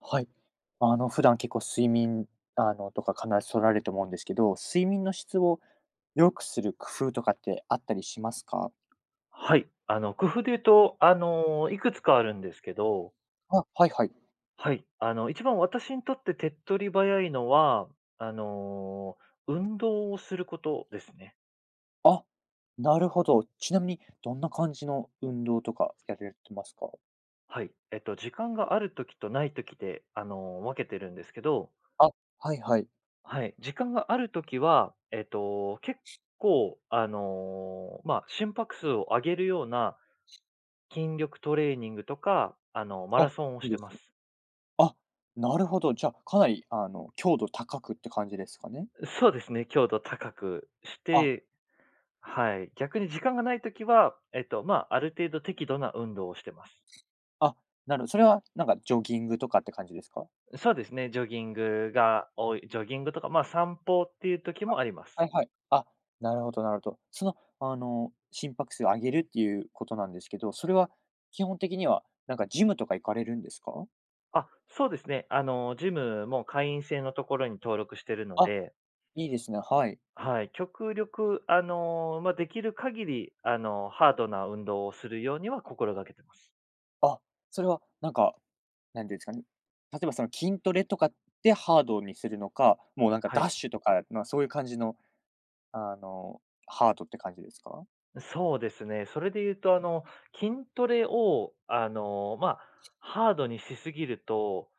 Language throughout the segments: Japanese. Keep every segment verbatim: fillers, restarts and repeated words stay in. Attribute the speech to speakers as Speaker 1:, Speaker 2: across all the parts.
Speaker 1: はい。あの、普段結構睡眠、あの、とか必ず取られると思うんですけど、睡眠の質を良くする工夫とかってあったりしますか？
Speaker 2: はい。あの、工夫で言うと、あの、いくつかあるんですけど、
Speaker 1: あ、はいはい。
Speaker 2: はい。あの、一番私にとって手っ取り早いのは、あの、運動をすることですね。
Speaker 1: あ、なるほど。ちなみにどんな感じの運動とかやられてますか？
Speaker 2: はい。えっと、時間があるときとないときで、あの、分けてるんですけど、
Speaker 1: あ、はいはい。
Speaker 2: はい。時間があるときは、えっと、結構、あの、まあ、心拍数を上げるような筋力トレーニングとか、あの、マラ
Speaker 1: あ、
Speaker 2: ソンを
Speaker 1: い
Speaker 2: し
Speaker 1: い
Speaker 2: て
Speaker 1: で
Speaker 2: ま
Speaker 1: すね。
Speaker 2: す。
Speaker 1: あ、なるほど。じゃあ、かなり、あの、強度高くって感じですかね？
Speaker 2: そうですね、強度高くし
Speaker 1: あ、
Speaker 2: て、はい。逆に時間がないときは、えっと、まあ、ある程度適度な運動をしてます。
Speaker 1: あ、なるほど、それはなんかジョギングとかって感じですか？
Speaker 2: そうですね、ジョギングが多い、ジョギングとか、まあ、散歩っていう時もあります。
Speaker 1: はいはい。あ、なるほどなるほど。その、あの、心拍数を上げるっていうことなんですけど、それは基本的には、なんかジムとか行かれるんですか？
Speaker 2: あ、そうですね。あの、ジムも会員制のところに登録してるの
Speaker 1: あ、
Speaker 2: で、
Speaker 1: いいですね、はい。
Speaker 2: はい。極力、あの、まあ、できる限り、あの、ハードな運動をするようには心がけてます。
Speaker 1: あ、それはなんか、なんていうんですかね、例えばその筋トレとかでハードにするのか、もうなんか
Speaker 2: は
Speaker 1: ダッ
Speaker 2: い。
Speaker 1: シュとか、まあ、そういう感じの、あの、ハードって感じですか？
Speaker 2: そうですね。それで言うと、あの、筋トレを、あの、まあ、ハードにしすぎると、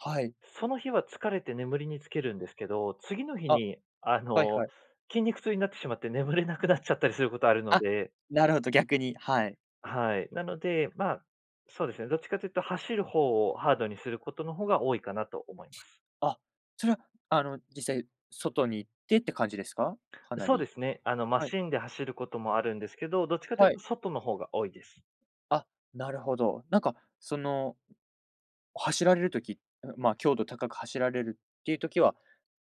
Speaker 1: はい。
Speaker 2: その日は疲れて眠りにつけるんですけど、次の日
Speaker 1: あ、
Speaker 2: に、あ
Speaker 1: はい
Speaker 2: の、
Speaker 1: はい。
Speaker 2: 筋肉痛になってしまって眠れなくなっちゃったりすることあるの
Speaker 1: あ、
Speaker 2: で、
Speaker 1: なるほど、逆に、はい。
Speaker 2: はい。なので、まあ、そうですね。どっちかというと、走る方をハードにすることの方が多いかなと思います。
Speaker 1: あ、それは、あの、実際外に行ってって感じですか？かな
Speaker 2: そうで
Speaker 1: り。
Speaker 2: すね。あの、マ
Speaker 1: はい。
Speaker 2: シンで走ることもあるんですけど、どっちかという
Speaker 1: は
Speaker 2: と、
Speaker 1: い。
Speaker 2: 外の方が多いです。
Speaker 1: あ、なるほど。なんか、その、走られるとき、まあ、強度高く走られるっていうときは、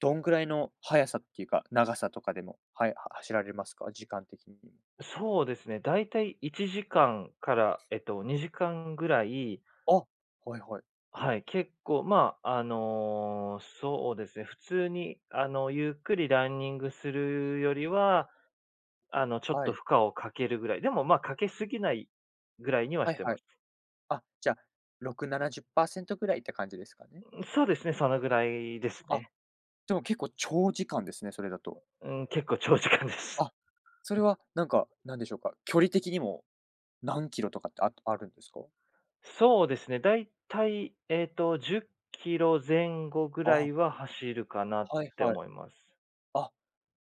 Speaker 1: どんぐらいの速さっていうか、長さとかでも、はい、は走られますか？時間的にも。
Speaker 2: そうですね。だいたいいちじかんかんから、えっと、にじかんぐらい、
Speaker 1: あ、はいはい。
Speaker 2: はい、結構、まあ、あの、そうですね、普通に、あの、ゆっくりランニングするよりは、あの、ちょっ
Speaker 1: は
Speaker 2: と
Speaker 1: い。
Speaker 2: 負荷をかけるぐらい、でも、まあ、かけすぎないぐらいには
Speaker 1: は
Speaker 2: し
Speaker 1: い
Speaker 2: て
Speaker 1: は
Speaker 2: ま
Speaker 1: い。
Speaker 2: す。
Speaker 1: あ、じゃあ、ろく、ななじゅっパーセントぐらいって感じですかね？
Speaker 2: そうですね、そのぐらいです
Speaker 1: あ、
Speaker 2: ね。
Speaker 1: でも結構長時間ですね、それだと。
Speaker 2: うん、結構長時間です。
Speaker 1: あ、それはなんか、なんでしょうか、距離的にも何キロとかってああるんですか？
Speaker 2: そうですね、だいたい、えっと、じゅっきろ後ぐ
Speaker 1: あ、
Speaker 2: らいは走るかなっ
Speaker 1: はい
Speaker 2: て
Speaker 1: はい。
Speaker 2: 思います。
Speaker 1: あ、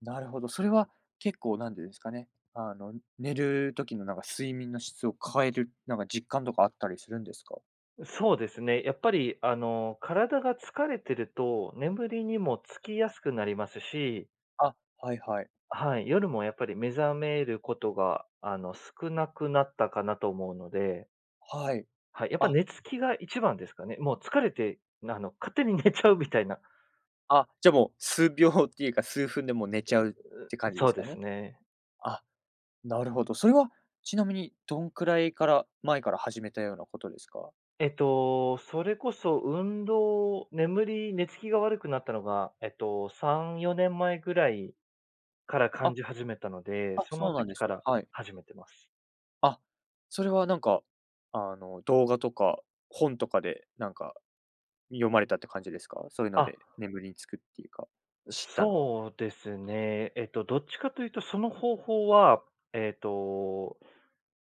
Speaker 1: なるほど。それは結構なんでですかね。あの、寝る時のなんか睡眠の質を変える、なんか実感とかあったりするんですか？
Speaker 2: そうですね、やっぱり、あの、体が疲れてると、眠りにもつきやすくなりますし、
Speaker 1: あ、はいはい。
Speaker 2: はい、夜もやっぱり目覚めることが、あの、少なくなったかなと思うので、
Speaker 1: はい。
Speaker 2: はい、やっぱ
Speaker 1: あ、
Speaker 2: 寝つきが一番ですかね。もう疲れて、あの、勝手に寝ちゃうみたいな。
Speaker 1: あ、じゃあもう数秒っていうか、数分でもう寝ちゃうって感じで
Speaker 2: そう
Speaker 1: す
Speaker 2: で
Speaker 1: か
Speaker 2: す
Speaker 1: ね？
Speaker 2: ね。
Speaker 1: あ、なるほど。それはちなみにどんくらいから前から始めたようなことですか？
Speaker 2: えっと、それこそ運動、眠り、寝つきが悪くなったのが、えっと、さん、よねんまえぐらいから感
Speaker 1: あ、
Speaker 2: じ始めたので、
Speaker 1: あ、
Speaker 2: そ
Speaker 1: そ
Speaker 2: の
Speaker 1: うなん
Speaker 2: 時
Speaker 1: です
Speaker 2: か
Speaker 1: ね。
Speaker 2: ら
Speaker 1: はい。
Speaker 2: 始めてます。
Speaker 1: あ、それはなんか、あの、動画とか本とかで、なんか読まれたって感じですか？そういうの
Speaker 2: あ、
Speaker 1: で眠りにつくっていうか、知ったのは。
Speaker 2: そうですね。えっと、どっちかというと、その方法は、えっと、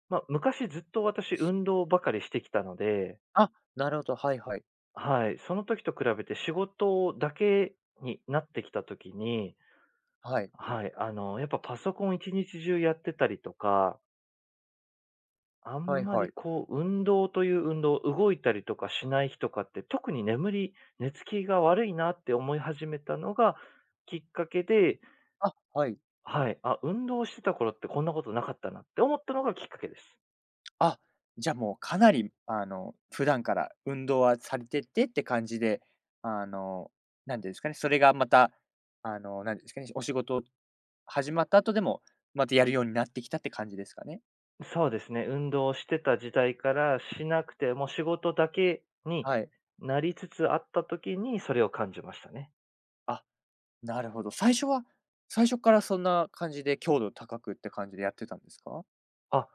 Speaker 2: まあ、昔ずっと私運動ばかりしてきたので、
Speaker 1: あ、なるほど、はいはい。
Speaker 2: はい、その時と比べて仕事だけになってきた時に、
Speaker 1: はい。
Speaker 2: はい、あの、やっぱパソコン一日中やってたりとか、あん
Speaker 1: はい
Speaker 2: ま
Speaker 1: は
Speaker 2: り
Speaker 1: い。
Speaker 2: こう運動という運動、動いたりとかしない日とかって、特に眠り寝つきが悪いなって思い始めたのがきっかけで、
Speaker 1: あ、はい。
Speaker 2: はい、あ、運動してた頃ってこんなことなかったなって思ったのがきっかけです。
Speaker 1: あ、じゃあもうかなりあの、普段から運動はされててって感じで、あの、なんていうんですかね、それがまた、あの、なんていうんですかね、お仕事始まった後でも、またやるようになってきたって感じですかね？
Speaker 2: そうですね、運動をしてた時代からしなくて、もう仕事だけに
Speaker 1: はい。
Speaker 2: なりつつあった時にそれを感じましたね。
Speaker 1: あ、なるほど。最初は最初からそんな感じで強度高くって感じでやってたんですか？
Speaker 2: あ、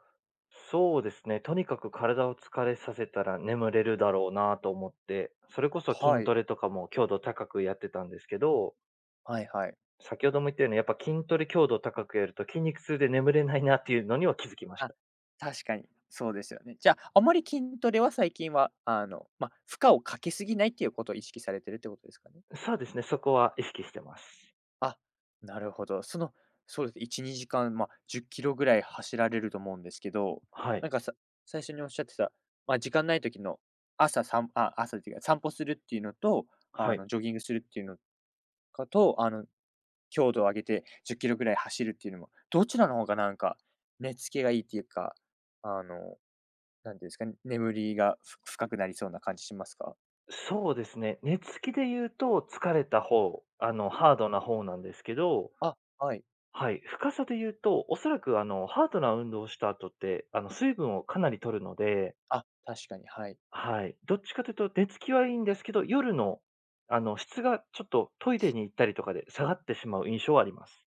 Speaker 2: そうですね。とにかく体を疲れさせたら眠れるだろうなと思って、それこそ
Speaker 1: は
Speaker 2: 筋ト
Speaker 1: い。
Speaker 2: レとかも強度高くやってたんですけど、
Speaker 1: はいはい。
Speaker 2: 先ほども言ったようにやっぱ筋トレ強度高くやると筋肉痛で眠れないなっていうのには気づきまし
Speaker 1: あ、
Speaker 2: た。
Speaker 1: 確かに、そうですよね。じゃあ、あまり筋トレは最近は、あの、まあ、負荷をかけすぎないっていうことを意識されてるってことですかね？
Speaker 2: そうですね、そこは意識してます。
Speaker 1: あ、なるほど。その、そうですね、いち、にじかん、まあ、じゅっキロぐらい走られると思うんですけど、
Speaker 2: はい。
Speaker 1: なんかさ最初におっしゃってた、まあ、時間ない時の朝さんあ、朝っていうか、散歩するっていうのと、あ
Speaker 2: はい。
Speaker 1: の、ジョギングするっていうのかと、あの、強度を上げてじゅっキロぐらい走るっていうのも、どちらの方がなんか、寝つきがいいっていうか、あのなんていうんですかね、眠りがふ深くなりそうな感じしますか？
Speaker 2: そうですね。寝つきで言うと疲れた方、あの、ハードな方なんですけど、
Speaker 1: あ、はい。
Speaker 2: はい、深さで言うと、おそらくあの、ハードな運動をした後って、あの、水分をかなり取るので、
Speaker 1: あ、確かに、はい。
Speaker 2: はい、どっちかというと寝つきはいいんですけど、夜の、あの、質がちょっとトイレに行ったりとかで下がってしまう印象はあります。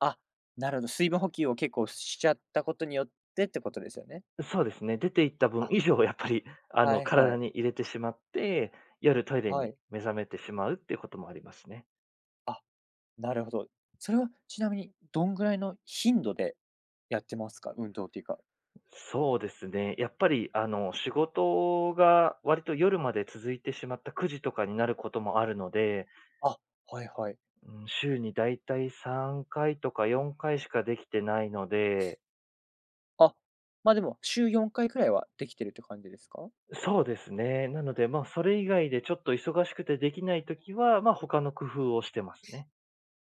Speaker 1: あ、なるほど、水分補給を結構しちゃったことによってってことですよね。
Speaker 2: そうですね。出て行った分
Speaker 1: あ、
Speaker 2: 以上やっぱり、あ
Speaker 1: は
Speaker 2: の、
Speaker 1: いは
Speaker 2: 体
Speaker 1: い。
Speaker 2: に入れてしまって、夜トイレ
Speaker 1: は
Speaker 2: に
Speaker 1: い。
Speaker 2: 目覚めてしまうっていうこともありますね。
Speaker 1: あ、なるほど。それはちなみにどんぐらいの頻度でやってますか？運動っていうか。
Speaker 2: そうですね。やっぱり、あの、仕事が割と夜まで続いてしまったくじとかになることもあるので、
Speaker 1: あ、はいはい。
Speaker 2: うん、週にだいたいさんかいとかよんかいしかできてないので、
Speaker 1: あ、ま、あでも週よんかいくらいはできてるって感じですか？
Speaker 2: そうですね。なので、まあ、それ以外でちょっと忙しくてできないときは、まあ、他の工夫をしてますね。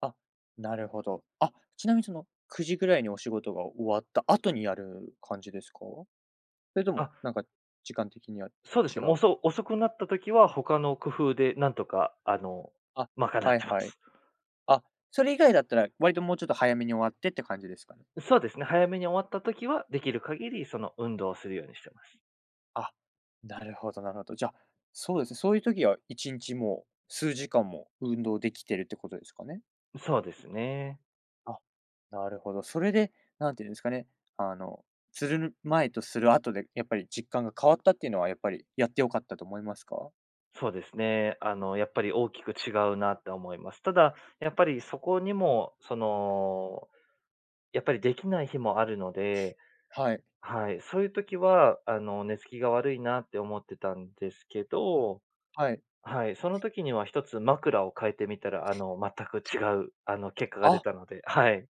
Speaker 1: あ、なるほど。あ、ちなみにそのくじぐらいにお仕事が終わった後にやる感じですか？それとも、
Speaker 2: あ、
Speaker 1: なんか時間的には
Speaker 2: そうです
Speaker 1: 違
Speaker 2: ね。もう
Speaker 1: う
Speaker 2: そう、
Speaker 1: 感じ。
Speaker 2: 遅くなったときは、他の工夫でなんとか、あの、
Speaker 1: あ、
Speaker 2: 賄っ
Speaker 1: はい
Speaker 2: てま
Speaker 1: はい。
Speaker 2: す。
Speaker 1: あ、それ以外だったら、割ともうちょっと早めに終わってって感じですかね？
Speaker 2: そうですね。早めに終わったときは、できる限り、その運動をするようにしてます。
Speaker 1: あ、なるほどなるほど。じゃあ、そうですね、そういう時はいちにちも数時間も運動できてるってことですかね？
Speaker 2: そうですね。
Speaker 1: あ、なるほど。それで、なんていうんですかね、あの、する前とする後で、やっぱり実感が変わったっていうのは、やっぱりやって良かったと思いますか？
Speaker 2: そうですね。あの、やっぱり大きく違うなって思います。ただ、やっぱりそこにも、その、やっぱりできない日もあるので、
Speaker 1: はい、
Speaker 2: はい、そういう時は、あの、寝つきが悪いなって思ってたんですけど、
Speaker 1: はい。
Speaker 2: はい、その時には一つ枕を変えてみたら、あの、全く違う、あの、結果が出
Speaker 1: あ、
Speaker 2: たので、はい。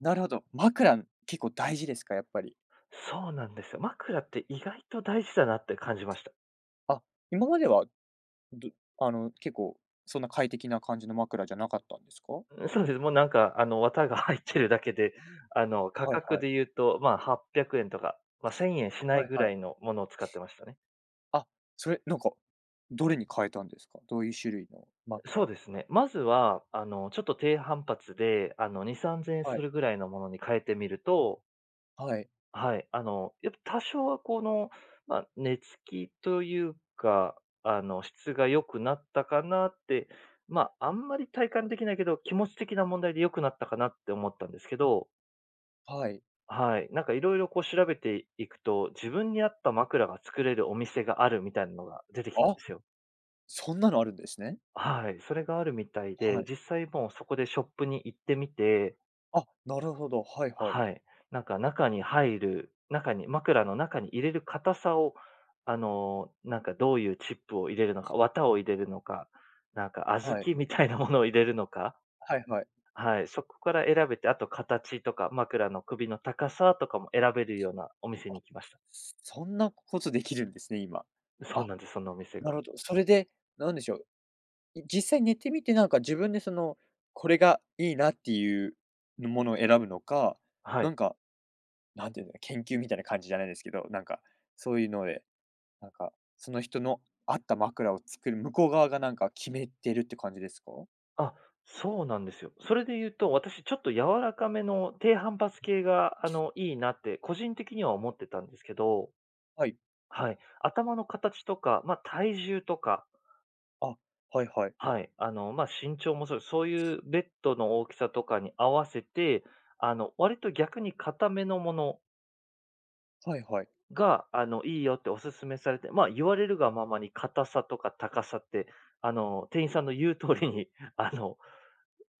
Speaker 1: なるほど。枕、結構大事ですか？やっぱり。
Speaker 2: そうなんですよ。枕って意外と大事だなって感じました。
Speaker 1: あ、今まではどあの、結構そんな快適な感じの枕じゃなかったんですか？
Speaker 2: そうです。もうなんか、あの、綿が入ってるだけで、あの、価
Speaker 1: はい
Speaker 2: 格
Speaker 1: はい。
Speaker 2: で言うと、まあ、はっぴゃくえんとか、まあ、せんえんしな
Speaker 1: は
Speaker 2: い
Speaker 1: い
Speaker 2: ぐ
Speaker 1: は
Speaker 2: ら
Speaker 1: い。
Speaker 2: いのものを使ってましたね。
Speaker 1: あ、それ、なんか、どれに変えたんですか？どういう種類の枕
Speaker 2: そう
Speaker 1: に？
Speaker 2: ですね。まずは、あの、ちょっと低反発で、あの、に、さんぜんえん
Speaker 1: は
Speaker 2: す
Speaker 1: い。
Speaker 2: るぐらいのものに変えてみると、
Speaker 1: はい。
Speaker 2: はい、あの、やっぱ多少はこの、まあ、寝つきというか、あの、質が良くなったかなって、まあ、あんまり体感できないけど、気持ち的な問題で良くなったかなって思ったんですけど、
Speaker 1: はい。
Speaker 2: はい。なんかいろいろこう調べていくと、自分に合った枕が作れるお店があるみたいなのが出てきたんで
Speaker 1: あ、
Speaker 2: すよ。
Speaker 1: そんなのあるんですね。
Speaker 2: はい。それがあるみたい
Speaker 1: は
Speaker 2: で、
Speaker 1: い。
Speaker 2: 実際もうそこでショップに行ってみて、
Speaker 1: あ、なるほど。はいはい。
Speaker 2: はい。なんか中に入る、中に、枕の中に入れる硬さを、あのーなんかどういうチップを入れるのか、綿を入れるのか、なんか小
Speaker 1: はい。
Speaker 2: 豆みたいなものを入れるのか、
Speaker 1: はいはい。
Speaker 2: はい。そこから選べて、あと形とか枕の首の高さとかも選べるようなお店に
Speaker 1: あ、
Speaker 2: 行きました。
Speaker 1: そんなことできるんですね、今。
Speaker 2: そう
Speaker 1: あ、
Speaker 2: なんです、そのお店が。
Speaker 1: なるほど。それで、なんでしょう、い実際寝てみて、なんか自分でその、これがいいなっていうものを選ぶのか、
Speaker 2: は
Speaker 1: な
Speaker 2: い。
Speaker 1: んかなんていうんだろう、研究みたいな感じじゃないですけど、なんか、そういうので、なんか、その人の合った枕を作る向こう側がなんか決めてるって感じですか？
Speaker 2: あ、そうなんですよ。それで言うと、私ちょっと柔らかめの低反発系が、あの、いいなって個人的には思ってたんですけど、
Speaker 1: はい。
Speaker 2: はい。頭の形とか、まあ、体重とか、
Speaker 1: あ、はいはい。
Speaker 2: はい。あの、まあ、身長もそう、そういうベッドの大きさとかに合わせて、あの、割と逆に硬めのもの
Speaker 1: はいはい。
Speaker 2: が、あの、いいよってお勧めされて、まあ、言われるがままに硬さとか高さって、あの、店員さんの言う通りに、あの、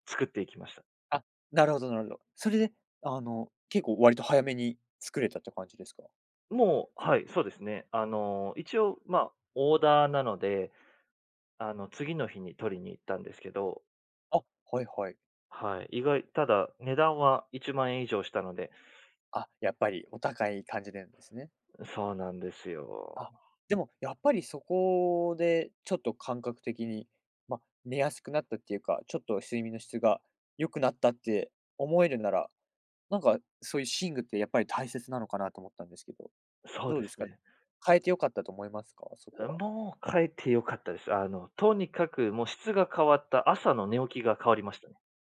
Speaker 2: 作っていきました。
Speaker 1: あ、なるほどなるほど。それで、あの、結構割と早めに作れたって感じですか？
Speaker 2: もう、はい、そうですね。あの、一応、まあ、オーダーなので、あの、次の日に取りに行ったんですけど、
Speaker 1: あ、はいはい。
Speaker 2: はい、意外、ただ、値段はいちまん円以上したので、
Speaker 1: あ、やっぱりお高い感じなんですね。
Speaker 2: そうなんですよ。
Speaker 1: あ、でもやっぱりそこでちょっと感覚的に、まあ、寝やすくなったっていうか、ちょっと睡眠の質が良くなったって思えるならなんか、そういう寝具ってやっぱり大切なのかなと思ったんですけど、
Speaker 2: そう
Speaker 1: どう
Speaker 2: で
Speaker 1: です
Speaker 2: す
Speaker 1: か？
Speaker 2: ね。
Speaker 1: 変えて良かったと思いますか？そこは。
Speaker 2: もう帰ってよかったです。あの、とにかくもう質が変わった、朝の寝起きが変わりました。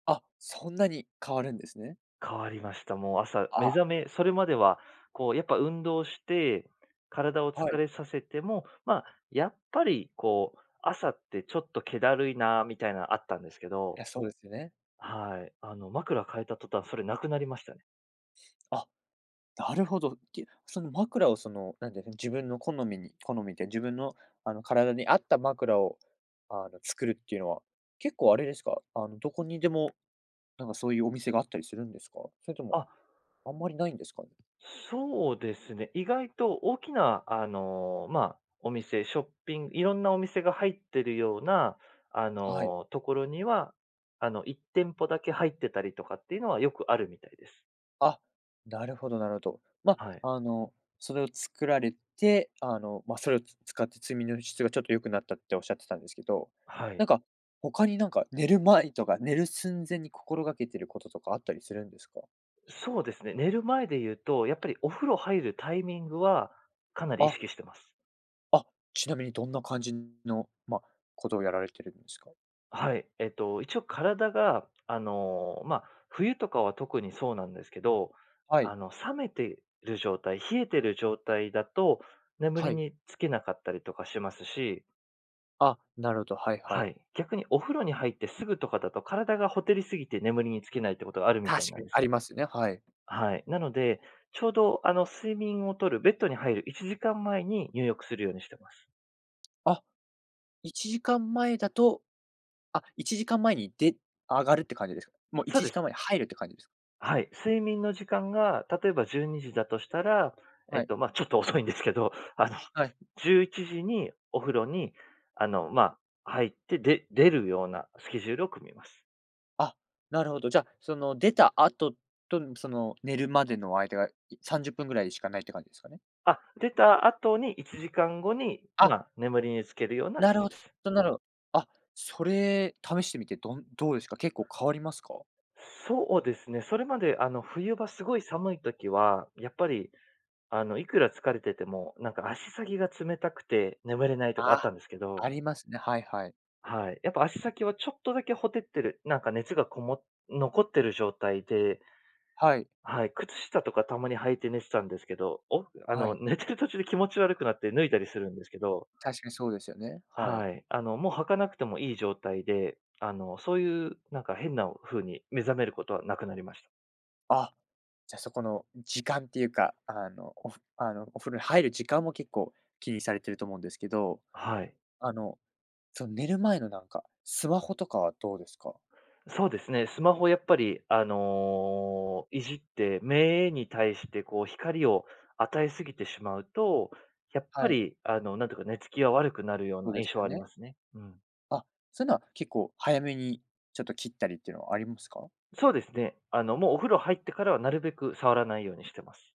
Speaker 1: あ、そんなに変わるんですね。
Speaker 2: 変わりました。もう朝、目
Speaker 1: あ、
Speaker 2: 覚めそれまでは、こう、やっぱ運動して、体を疲
Speaker 1: はい。
Speaker 2: れさせても、まあ、やっぱりこう、朝ってちょっと気だるいなみたいなのあったんですけ
Speaker 1: い
Speaker 2: ど、
Speaker 1: や、そうですよね。
Speaker 2: はい。あの、枕変えた途端、それなくなりましたね。
Speaker 1: あ、なるほど。きその枕をその、なんていうんですか、自分の好みに好みで自分の、あの、体に合った枕を、あの、作るっていうのは、結構あれですか？あの、どこにでも、なんかそういうお店があったりするんですか？それとも
Speaker 2: あ、
Speaker 1: あんまりないんですかね？
Speaker 2: そうですね。意外と大きな、あの、まあ、お店、ショッピング、いろんなお店が入ってるような、あ
Speaker 1: はい。
Speaker 2: の、ところには、あの、いってんぽ店舗だけ入ってたりとかっていうのはよくあるみたいです。
Speaker 1: あ、なるほどなるほど。ま
Speaker 2: はい。
Speaker 1: あ、あの、それを作られて、あの、まあ、それをつ使って睡眠の質がちょっと良くなったっておっしゃってたんですけど、
Speaker 2: は
Speaker 1: な
Speaker 2: い。
Speaker 1: んか、他になんか寝る前とか、寝る寸前に心がけてることとかあったりするんですか？
Speaker 2: そうですね。寝る前で言うと、やっぱりお風呂入るタイミングはかなり意
Speaker 1: あ、
Speaker 2: 識してます。
Speaker 1: あ、ちなみにどんな感じの、まあ、ことをやられてるんですか？
Speaker 2: はい。えっと、一応体が、あのーまあ、冬とかは特にそうなんですけど、
Speaker 1: はい、
Speaker 2: あの、冷めてる状態、冷えてる状態だと、眠
Speaker 1: は
Speaker 2: り
Speaker 1: い。
Speaker 2: につけなかったりとかしますし、
Speaker 1: あ、なるほど、はいは
Speaker 2: は
Speaker 1: い。
Speaker 2: い。逆にお風呂に入ってすぐとかだと体がほてりすぎて眠りにつけないってことがあるみた
Speaker 1: 確
Speaker 2: いな
Speaker 1: か
Speaker 2: ん
Speaker 1: に
Speaker 2: です。
Speaker 1: ありますね、はい。
Speaker 2: はい。なので、ちょうどあの睡眠をとるベッドに入るいちじかんまえに入浴するようにしてます。
Speaker 1: あ、いちじかんまえだと、あ、いちじかんまえに出上がるって感じですか？もう
Speaker 2: そう
Speaker 1: 1
Speaker 2: で
Speaker 1: 時
Speaker 2: す。
Speaker 1: 間前に入るって感じですか？
Speaker 2: はい。睡眠の時間が、例えばじゅうにじだとしたら、え
Speaker 1: は
Speaker 2: っ
Speaker 1: い。
Speaker 2: と、まあ、ちょっと遅いんですけど、あの、
Speaker 1: はい。
Speaker 2: じゅういちじにお風呂に、あの、まあ、入って、で、出るようなスケジュールを組みます。
Speaker 1: あ、なるほど。じゃあ、その出た後と、その寝るまでの間が、いさんじゅっぷんぐらいしかないって感じですかね？
Speaker 2: あ、出た後にいちじかんごに、
Speaker 1: あ、
Speaker 2: まあ、眠りにつけるような
Speaker 1: な
Speaker 2: 感
Speaker 1: る
Speaker 2: じ
Speaker 1: ほ
Speaker 2: です。
Speaker 1: どなるほど。あ、それ試してみて、どんどうですか？結構変わりますか？
Speaker 2: そうですね。それまで、あの、冬場すごい寒い時は、やっぱり、あの、いくら疲れてても、なんか足先が冷たくて眠れないとかあっ
Speaker 1: あ、
Speaker 2: たんですけど、
Speaker 1: ありますね。はいはい。
Speaker 2: はい。やっぱ足先はちょっとだけほてってる、なんか熱がこも残ってる状態で、
Speaker 1: はい、
Speaker 2: はい、靴下とかたまに履いて寝てたんですけど、おあ
Speaker 1: は
Speaker 2: の、
Speaker 1: い。
Speaker 2: 寝てる途中で気持ち悪くなって脱いだりするんですけど、
Speaker 1: 確かにそうですよね。はい。
Speaker 2: はい。あの、もう履かなくてもいい状態で、あの、そういうなんか変な風に目覚めることはなくなりました。
Speaker 1: あ、じゃ、そこの時間っていうか、あの、おふあの、お風呂に入る時間も結構気にされてると思うんですけど、
Speaker 2: はい。
Speaker 1: あの、その寝る前のなんか、スマホとかはどうですか？
Speaker 2: そうですね、スマホやっぱり、あの、いじって、目に対してこう光を与えすぎてしまうと、やっぱ
Speaker 1: はい。
Speaker 2: り、あの、なんていうか、寝つきが悪くなるよう
Speaker 1: そう
Speaker 2: な
Speaker 1: です
Speaker 2: 印象
Speaker 1: よ
Speaker 2: はあり
Speaker 1: ね。
Speaker 2: ますね。うん。
Speaker 1: あ、そういうのは結構早めにちょっと切ったりっていうのはありますか？
Speaker 2: そうですね。あの、もうお風呂入ってからはなるべく触らないようにしてます。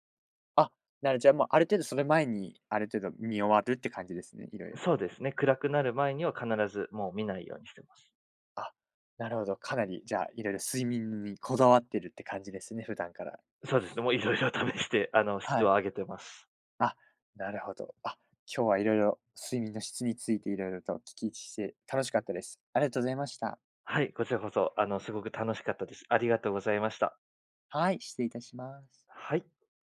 Speaker 1: あ、なるじゃあ、もうある程度それ前に、ある程度見終わるって感じですね、いろい
Speaker 2: そ
Speaker 1: ろ。
Speaker 2: うですね、暗くなる前には必ずもう見ないようにしてます。
Speaker 1: あ、なるほど、かなりじゃあ、いろいろ睡眠にこだわってるって感じですね、普段から。
Speaker 2: そうですね、もういろいろ試して、あの、質
Speaker 1: は
Speaker 2: を
Speaker 1: い。
Speaker 2: 上げてます。
Speaker 1: あ、なるほど。あ、今日はいろいろ睡眠の質についていろいろとお聞きして楽しかったです。ありがとうございました。
Speaker 2: はい、こちらこそ、あの、すごく楽しかったです。ありがとうございました。
Speaker 1: はい、失礼いたします。
Speaker 2: はい。